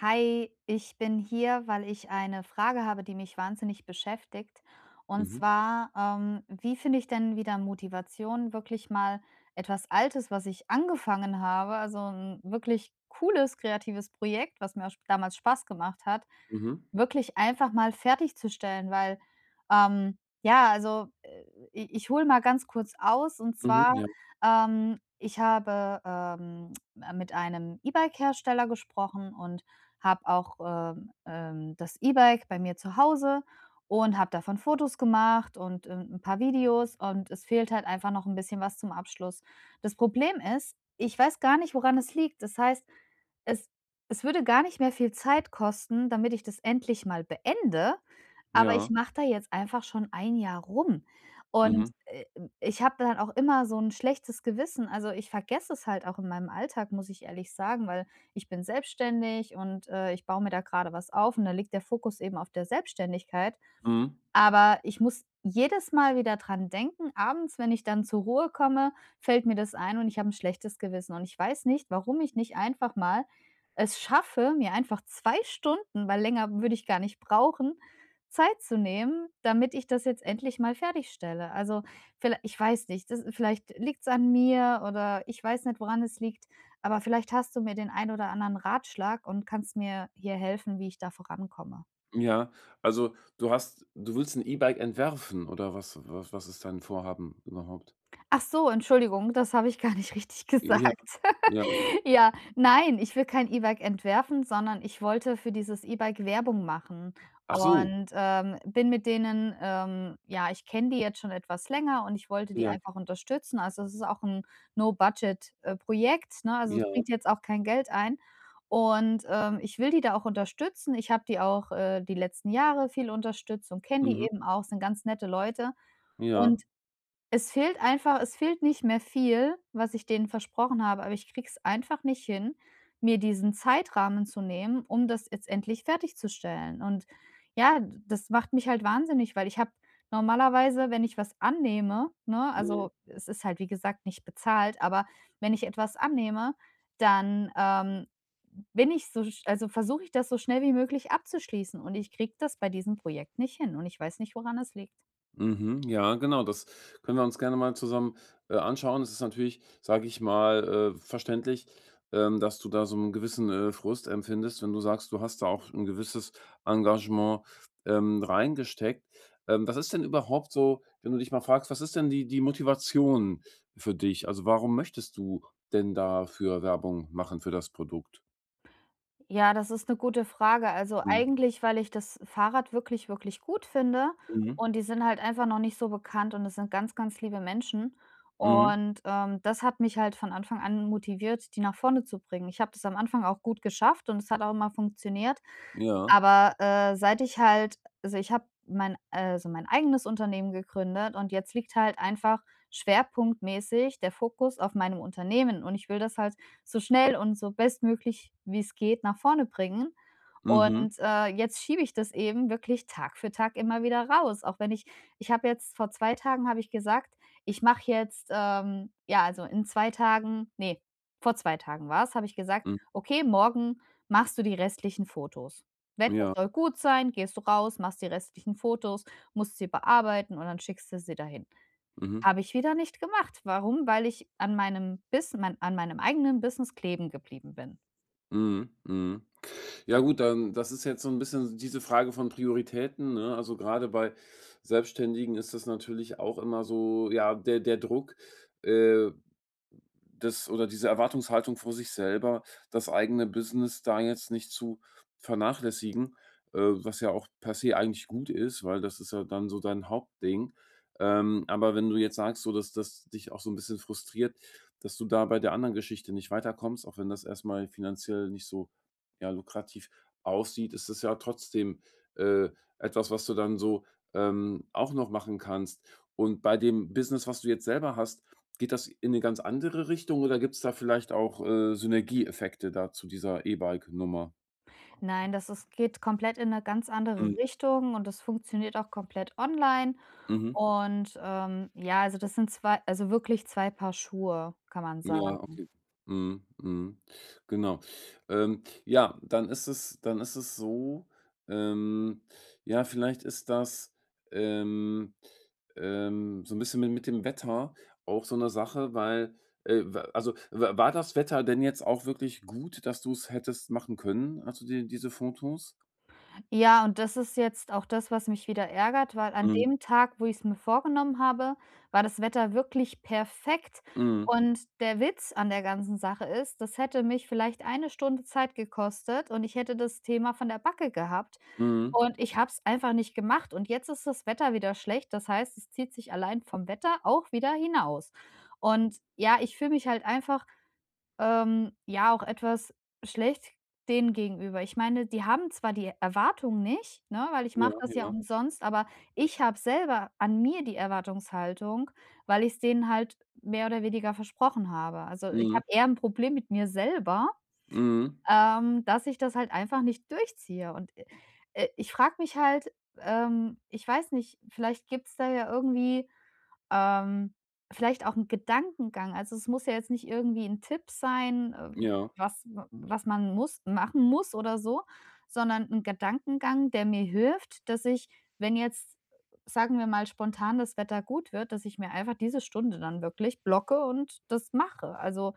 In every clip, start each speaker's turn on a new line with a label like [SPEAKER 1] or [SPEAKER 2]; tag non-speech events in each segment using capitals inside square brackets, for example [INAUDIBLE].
[SPEAKER 1] Hi, ich bin hier, weil ich eine Frage habe, die mich wahnsinnig beschäftigt. Und
[SPEAKER 2] Mhm,
[SPEAKER 1] zwar, wie finde ich denn wieder Motivation, wirklich mal etwas Altes, was ich angefangen habe, also ein wirklich cooles kreatives Projekt, was mir auch damals Spaß gemacht hat,
[SPEAKER 2] mhm,
[SPEAKER 1] wirklich einfach mal fertigzustellen, weil ja, also ich hole mal ganz kurz aus und
[SPEAKER 2] mhm,
[SPEAKER 1] zwar,
[SPEAKER 2] ja,
[SPEAKER 1] ich habe mit einem E-Bike-Hersteller gesprochen und habe auch, das E-Bike bei mir zu Hause und habe davon Fotos gemacht und 'n paar Videos und es fehlt halt einfach noch ein bisschen was zum Abschluss. Das Problem ist, ich weiß gar nicht, woran es liegt. Das heißt, es es würde gar nicht mehr viel Zeit kosten, damit ich das endlich mal beende, aber ich
[SPEAKER 2] ja,
[SPEAKER 1] mache da jetzt einfach schon ein Jahr rum und,
[SPEAKER 2] mhm,
[SPEAKER 1] äh, ich habe dann auch immer so ein schlechtes Gewissen. Also, ich vergesse es halt auch in meinem Alltag, muss ich ehrlich sagen, weil ich bin selbstständig und ich baue mir da gerade was auf und da liegt der Fokus eben auf der Selbstständigkeit.
[SPEAKER 2] mhm,
[SPEAKER 1] Aber ich muss jedes Mal wieder dran denken, abends, wenn ich dann zur Ruhe komme, fällt mir das ein und ich habe ein schlechtes Gewissen. Und ich weiß nicht, warum ich nicht einfach mal es schaffe, mir einfach 2 Stunden, weil länger würde ich gar nicht brauchen, Zeit zu nehmen, damit ich das jetzt endlich mal fertigstelle. Also, viellei ich weiß nicht, das vielleicht liegt's an mir oder ich weiß nicht, woran es liegt, aber vielleicht hast du mir den ein oder anderen Ratschlag und kannst mir hier helfen, wie ich da vorankomme.
[SPEAKER 2] ja. Also, du willst ein E-Bike entwerfen oder was ist dein Vorhaben überhaupt?
[SPEAKER 1] Ach so, Entschuldigung, das habe ich gar nicht richtig
[SPEAKER 2] Ja,
[SPEAKER 1] gesagt.
[SPEAKER 2] ja.
[SPEAKER 1] [LAUGHS] Ja, nein, ich will kein E-Bike entwerfen, sondern ich wollte für dieses E-Bike Werbung machen
[SPEAKER 2] Ach so,
[SPEAKER 1] und bin mit denen ja, ich kenne die jetzt schon etwas länger und ich wollte die
[SPEAKER 2] ja,
[SPEAKER 1] einfach unterstützen. Also, es ist auch ein No-Budget, Projekt, ne? Also,
[SPEAKER 2] ja,
[SPEAKER 1] es bringt jetzt auch kein Geld ein und ich will die da auch unterstützen. Ich habe die auch, die letzten Jahre viel unterstützt und kenne die
[SPEAKER 2] mhm,
[SPEAKER 1] eben auch, sind ganz nette Leute
[SPEAKER 2] ja,
[SPEAKER 1] und es fehlt einfach es fehlt nicht mehr viel, was ich denen versprochen habe, aber ich kriege es einfach nicht hin, mir diesen Zeitrahmen zu nehmen, um das jetzt endlich fertigzustellen. Und ja, d das macht mich halt wahnsinnig, weil ich habe normalerweise, wenn ich was annehme, ne,
[SPEAKER 2] mhm.
[SPEAKER 1] also es ist halt, wie gesagt, nicht bezahlt, aber wenn ich etwas annehme, dann, bin ich so sch also versuche ich das so schnell wie möglich abzuschließen und ich kriege das bei diesem Projekt nicht hin und ich weiß nicht, woran es liegt.
[SPEAKER 2] Mhm, ja, genau, das können wir uns gerne mal zusammen anschauen. Es ist natürlich, sage ich mal, verständlich, dass du da so einen gewissen Frust empfindest, wenn du sagst, du hast da auch ein gewisses Engagement reingesteckt. Was ist denn überhaupt so, wenn du dich mal fragst, was ist denn die Motivation für dich? Also, warum möchtest du denn dafür Werbung machen für das Produkt?
[SPEAKER 1] Ja, das ist 'ne gute Frage. Also,
[SPEAKER 2] Mhm,
[SPEAKER 1] eigentlich, weil ich das Fahrrad wirklich, wirklich gut finde
[SPEAKER 2] mhm,
[SPEAKER 1] und die sind halt einfach noch nicht so bekannt und es sind ganz, ganz liebe Menschen
[SPEAKER 2] mhm,
[SPEAKER 1] und das hat mich halt von Anfang an motiviert, die nach vorne zu bringen. Ich habe das am Anfang auch gut geschafft und es hat auch immer funktioniert.
[SPEAKER 2] ja,
[SPEAKER 1] Aber, seit ich halt also, mein eigenes Unternehmen gegründet und jetzt liegt halt einfach schwerpunktmäßig der Fokus auf meinem Unternehmen und ich will das halt so schnell und so bestmöglich, wie es geht, nach vorne bringen.
[SPEAKER 2] mhm,
[SPEAKER 1] Und, jetzt schiebe ich das eben wirklich Tag für Tag immer wieder raus, auch wenn ich ich habe jetzt vor 2 Tagen habe ich gesagt, ich mache jetzt, ja, also, in 2 Tagen ne, vor 2 Tagen war's, habe ich gesagt:
[SPEAKER 2] mhm,
[SPEAKER 1] „Okay, morgen machst du die restlichen Fotos.“ Wetter
[SPEAKER 2] ja,
[SPEAKER 1] soll gut sein, gehst du raus, machst die restlichen Fotos, musst sie bearbeiten und dann schickst du sie dahin.
[SPEAKER 2] mhm,
[SPEAKER 1] Habe ich wieder nicht gemacht. Warum? Weil ich an meinem Bus mein an meinem eigenen Business kleben geblieben bin.
[SPEAKER 2] mhm, mhm. Ja, gut, dann, das ist jetzt so ein bisschen diese Frage von Prioritäten, ne? Also, gerade bei Selbstständigen ist das natürlich auch immer so, ja, der Druck, äh das oder diese Erwartungshaltung vor sich selber, das eigene Business da jetzt nicht zu vernachlässigen, was ja auch per se eigentlich gut ist, weil das ist ja dann so dein Hauptding. Aber wenn du jetzt sagst, so dass das dich auch so ein bisschen frustriert, dass du da bei der anderen Geschichte nicht weiterkommst, auch wenn das erstmal finanziell nicht so, ja, lukrativ aussieht, ist es ja trotzdem, äh, etwas, was du dann so auch noch machen kannst. Und bei dem Business, was du jetzt selber hast, geht das in eine ganz andere Richtung oder gibt es da vielleicht auch Synergieeffekte da zu dieser E-Bike-Nummer?
[SPEAKER 1] Nein, das ist geht komplett in eine ganz
[SPEAKER 2] Mhm,
[SPEAKER 1] andere Richtung und das funktioniert auch komplett online
[SPEAKER 2] mhm.
[SPEAKER 1] und ja, also das sind 2, also wirklich 2 Paar Schuhe, kann man
[SPEAKER 2] Ja,
[SPEAKER 1] sagen.
[SPEAKER 2] okay. Mhm, mhm. Genau. Ja, dann ist es so, ähm, ja, vielleicht ist das, ähm, so ein bisschen mit dem Wetter auch so eine Sache, weil, wa also, wa war das Wetter denn jetzt auch wirklich gut, dass du es hättest machen können, also, diese Fotos?
[SPEAKER 1] Ja, und das ist jetzt auch das, was mich wieder ärgert, weil an
[SPEAKER 2] Mhm,
[SPEAKER 1] dem Tag, wo ich es mir vorgenommen habe, war das Wetter wirklich perfekt.
[SPEAKER 2] mhm,
[SPEAKER 1] Und der Witz an der ganzen Sache ist, das hätte mich vielleicht eine Stunde Zeit gekostet und ich hätte das Thema von der Backe gehabt.
[SPEAKER 2] mhm.
[SPEAKER 1] Und ich habe es einfach nicht gemacht. Und jetzt ist das Wetter wieder schlecht. Das heißt, es zieht sich allein vom Wetter auch wieder hinaus. Und ja, ich fühle mich halt einfach ja, auch etwas schlecht denen gegenüber. Ich meine, die haben zwar die Erwartung nicht, ne, weil ich
[SPEAKER 2] Ja,
[SPEAKER 1] mache das ja
[SPEAKER 2] ja.
[SPEAKER 1] umsonst, aber ich habe selber an mir die Erwartungshaltung, weil ich es denen halt mehr oder weniger versprochen habe. Also, ich
[SPEAKER 2] Mhm.
[SPEAKER 1] habe eher ein Problem mit mir selber,
[SPEAKER 2] Mhm.
[SPEAKER 1] dass ich das halt einfach nicht durchziehe. Und, ich frage mich halt, ich weiß nicht, vielleicht gibt's da ja irgendwie ähm, vielleicht auch 'n Gedankengang. Also, es muss ja jetzt nicht irgendwie 'n Tipp sein, Ja.
[SPEAKER 2] Ja.
[SPEAKER 1] Was man muss machen muss oder so, sondern 'n Gedankengang, der mir hilft, dass ich, wenn jetzt, sagen wir mal, spontan das Wetter gut wird, dass ich mir einfach diese Stunde dann wirklich blocke und das mache. Also,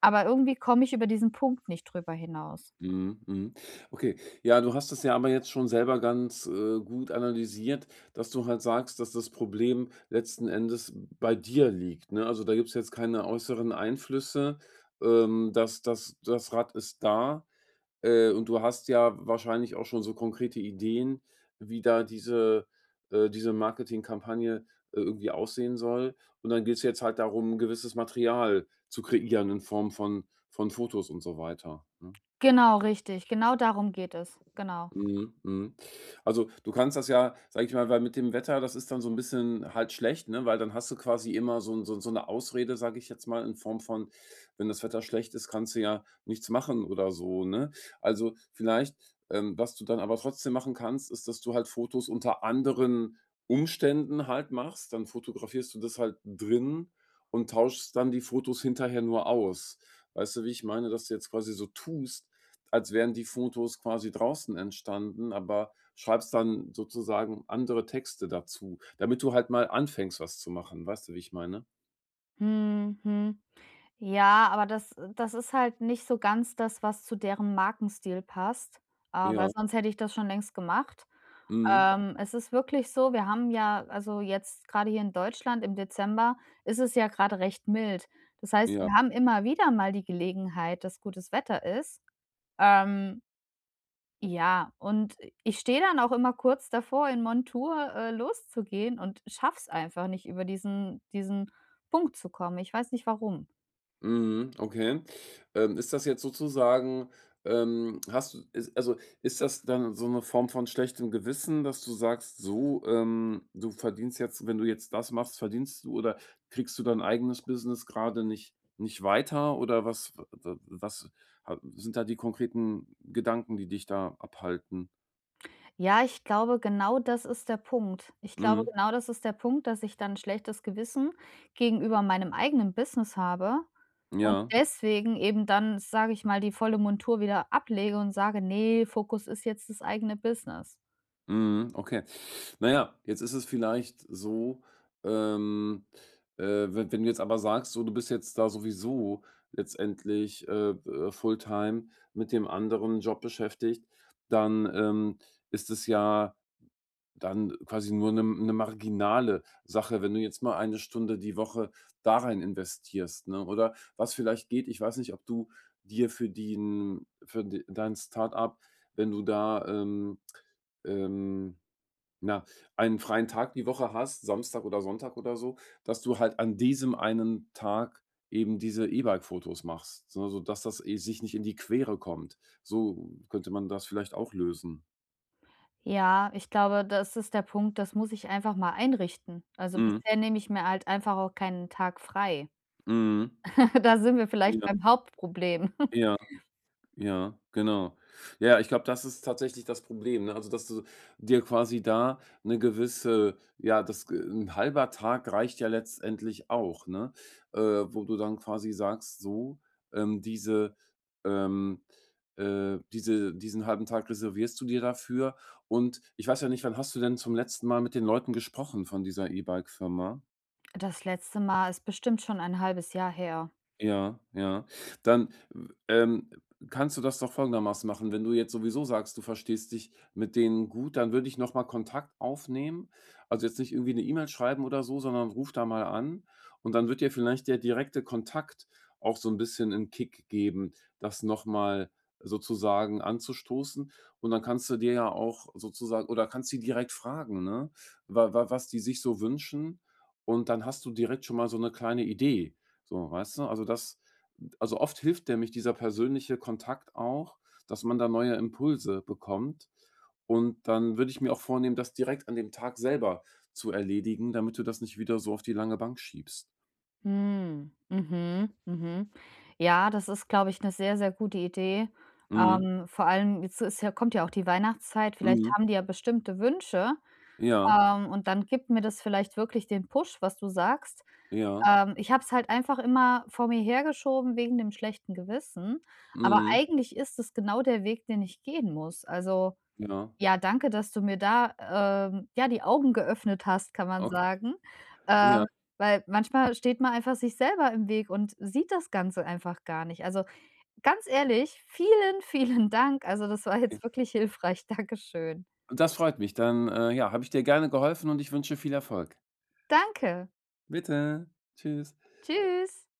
[SPEAKER 1] aber irgendwie komme ich über diesen Punkt nicht drüber hinaus.
[SPEAKER 2] Mhm, mhm. Okay. Ja, du hast das ja aber jetzt schon selber ganz gut analysiert, dass du halt sagst, dass das Problem letzten Endes bei dir liegt, ne? Also, da gibt's jetzt keine äußeren Einflüsse. Das Rad ist da. Und du hast ja wahrscheinlich auch schon so konkrete Ideen, wie da diese Marketingkampagne, irgendwie aussehen soll. Und dann geht's jetzt halt darum, gewisses Material zu kreieren in Form von Fotos und so weiter, ne?
[SPEAKER 1] Genau, richtig. Genau darum geht es. Genau.
[SPEAKER 2] Mhm, mhm. Also, du kannst das ja, sage ich mal, weil mit dem Wetter, das ist dann so ein bisschen halt schlecht, ne, weil dann hast du quasi immer so 'n so so eine Ausrede, sage ich jetzt mal, in Form von, wenn das Wetter schlecht ist, kannst du ja nichts machen oder so, ne? Also, vielleicht, was du dann aber trotzdem machen kannst, ist, dass du halt Fotos unter anderen Umständen halt machst. Dann fotografierst du das halt drin und tauschst dann die Fotos hinterher nur aus. Weißt du, wie ich meine? Dass du jetzt quasi so tust, als wären die Fotos quasi draußen entstanden, aber schreibst dann sozusagen andere Texte dazu, damit du halt mal anfängst, was zu machen. Weißt du, wie ich meine?
[SPEAKER 1] Mhm, mhm. Ja, aber das ist halt nicht so ganz das, was zu deren Markenstil passt,
[SPEAKER 2] Ja,
[SPEAKER 1] weil sonst hätte ich das schon längst gemacht.
[SPEAKER 2] mhm,
[SPEAKER 1] Es ist wirklich so, wir haben ja also jetzt grade hier in Deutschland im Dezember ist es ja grade recht mild. Das heißt,
[SPEAKER 2] ja.
[SPEAKER 1] wir haben immer wieder mal die Gelegenheit, dass gutes Wetter ist. Ähm, ja, und ich stehe dann auch immer kurz davor, in Montur, loszugehen und schaffe es einfach nicht, über diesen Punkt zu kommen. Ich weiß nicht warum.
[SPEAKER 2] Mhm, okay. Ist das jetzt sozusagen, hast du ist also, ist das dann so eine Form von schlechtem Gewissen, dass du sagst: „So, du verdienst jetzt wenn du jetzt das machst, verdienst du oder kriegst du dein eigenes Business gerade nicht weiter?" Oder was w was ha sind da die konkreten Gedanken, die dich da abhalten?
[SPEAKER 1] Ja, ich glaube, genau das ist der Punkt. Ich glaube,
[SPEAKER 2] Mhm.
[SPEAKER 1] genau das ist der Punkt, dass ich dann 'n schlechtes Gewissen gegenüber meinem eigenen Business habe und
[SPEAKER 2] Ja.
[SPEAKER 1] deswegen eben dann, sage ich mal, die volle Montur wieder ablege und sage: „Ne, Fokus ist jetzt das eigene Business.“
[SPEAKER 2] Mhm, okay. Naja, jetzt ist es vielleicht so, ähm, we wenn du jetzt aber sagst, so, du bist jetzt da sowieso letztendlich fulltime mit dem anderen Job beschäftigt, dann, ist es ja dann quasi nur eine marginale Sache, wenn du jetzt mal eine Stunde die Woche da rein investierst, ne? Oder was vielleicht geht, ich weiß nicht, ob du dir für den für de dein Start-up, wenn du da, ähm na, einen freien Tag die Woche hast, Samstag oder Sonntag oder so, dass du halt an diesem einen Tag eben diese E-Bike-Fotos machst, so dass das eh sich nicht in die Quere kommt. So könnte man das vielleicht auch lösen.
[SPEAKER 1] Ja, ich glaube, das ist der Punkt, das muss ich einfach mal einrichten. Also,
[SPEAKER 2] Mhm,
[SPEAKER 1] bisher nehme ich mir halt einfach auch keinen Tag frei.
[SPEAKER 2] mhm.
[SPEAKER 1] [LAUGHS] Da sind wir vielleicht
[SPEAKER 2] Ja,
[SPEAKER 1] beim Hauptproblem. [LAUGHS]
[SPEAKER 2] ja. Ja, genau. Ja, ich glaube, das ist tatsächlich das Problem, ne? Also, dass du dir quasi da eine gewisse, ja, das g 'n halber Tag reicht ja letztendlich auch, ne? Wo du dann quasi sagst: „So, ähm, diese ähm, diesen halben Tag reservierst du dir dafür." Und ich weiß ja nicht, wann hast du denn zum letzten Mal mit den Leuten gesprochen von dieser E-Bike-Firma?
[SPEAKER 1] Das letzte Mal ist bestimmt schon ein halbes Jahr her.
[SPEAKER 2] Ja, ja. Dann, ähm, kannst du das doch folgendermaßen machen. Wenn du jetzt sowieso sagst, du verstehst dich mit denen gut, dann würde ich noch mal Kontakt aufnehmen. Also, jetzt nicht irgendwie eine E-Mail schreiben oder so, sondern ruf da mal an und dann wird dir vielleicht der direkte Kontakt auch so ein bisschen einen Kick geben, das noch mal sozusagen anzustoßen. Und dann kannst du dir ja auch sozusagen oder kannst die direkt fragen, ne, wa wa was die sich so wünschen und dann hast du direkt schon mal so eine kleine Idee. So, weißt du? Also oft hilft der mich dieser persönliche Kontakt auch, dass man da neue Impulse bekommt. Und dann würde ich mir auch vornehmen, das direkt an dem Tag selber zu erledigen, damit du das nicht wieder so auf die lange Bank schiebst.
[SPEAKER 1] Hm, mhm, mhm. Ja, das ist, glaube ich, eine sehr, sehr gute Idee.
[SPEAKER 2] Mhm.
[SPEAKER 1] Vor allem jetzt ist ja kommt ja auch die Weihnachtszeit, vielleicht
[SPEAKER 2] Mhm.
[SPEAKER 1] haben die ja bestimmte Wünsche,
[SPEAKER 2] Ja,
[SPEAKER 1] und dann gibt mir das vielleicht wirklich den Push, was du sagst.
[SPEAKER 2] ja.
[SPEAKER 1] Ich habe es halt einfach immer vor mir hergeschoben wegen dem schlechten Gewissen, aber
[SPEAKER 2] Mhm.
[SPEAKER 1] eigentlich ist es genau der Weg, den ich gehen muss. Also
[SPEAKER 2] Ja.
[SPEAKER 1] ja, danke, dass du mir da, ja, die Augen geöffnet hast, kann man
[SPEAKER 2] Okay.
[SPEAKER 1] sagen.
[SPEAKER 2] Ja,
[SPEAKER 1] Ähm, weil manchmal steht man einfach sich selber im Weg und sieht das Ganze einfach gar nicht. Also, ganz ehrlich, vielen, [LAUGHS] vielen Dank. Also, das war
[SPEAKER 2] okay.
[SPEAKER 1] jetzt wirklich hilfreich. Dankeschön.
[SPEAKER 2] Das freut mich. Dann, ja, habe ich dir gerne geholfen und ich wünsche viel Erfolg.
[SPEAKER 1] Danke.
[SPEAKER 2] Bitte. Tschüss.
[SPEAKER 1] Tschüss.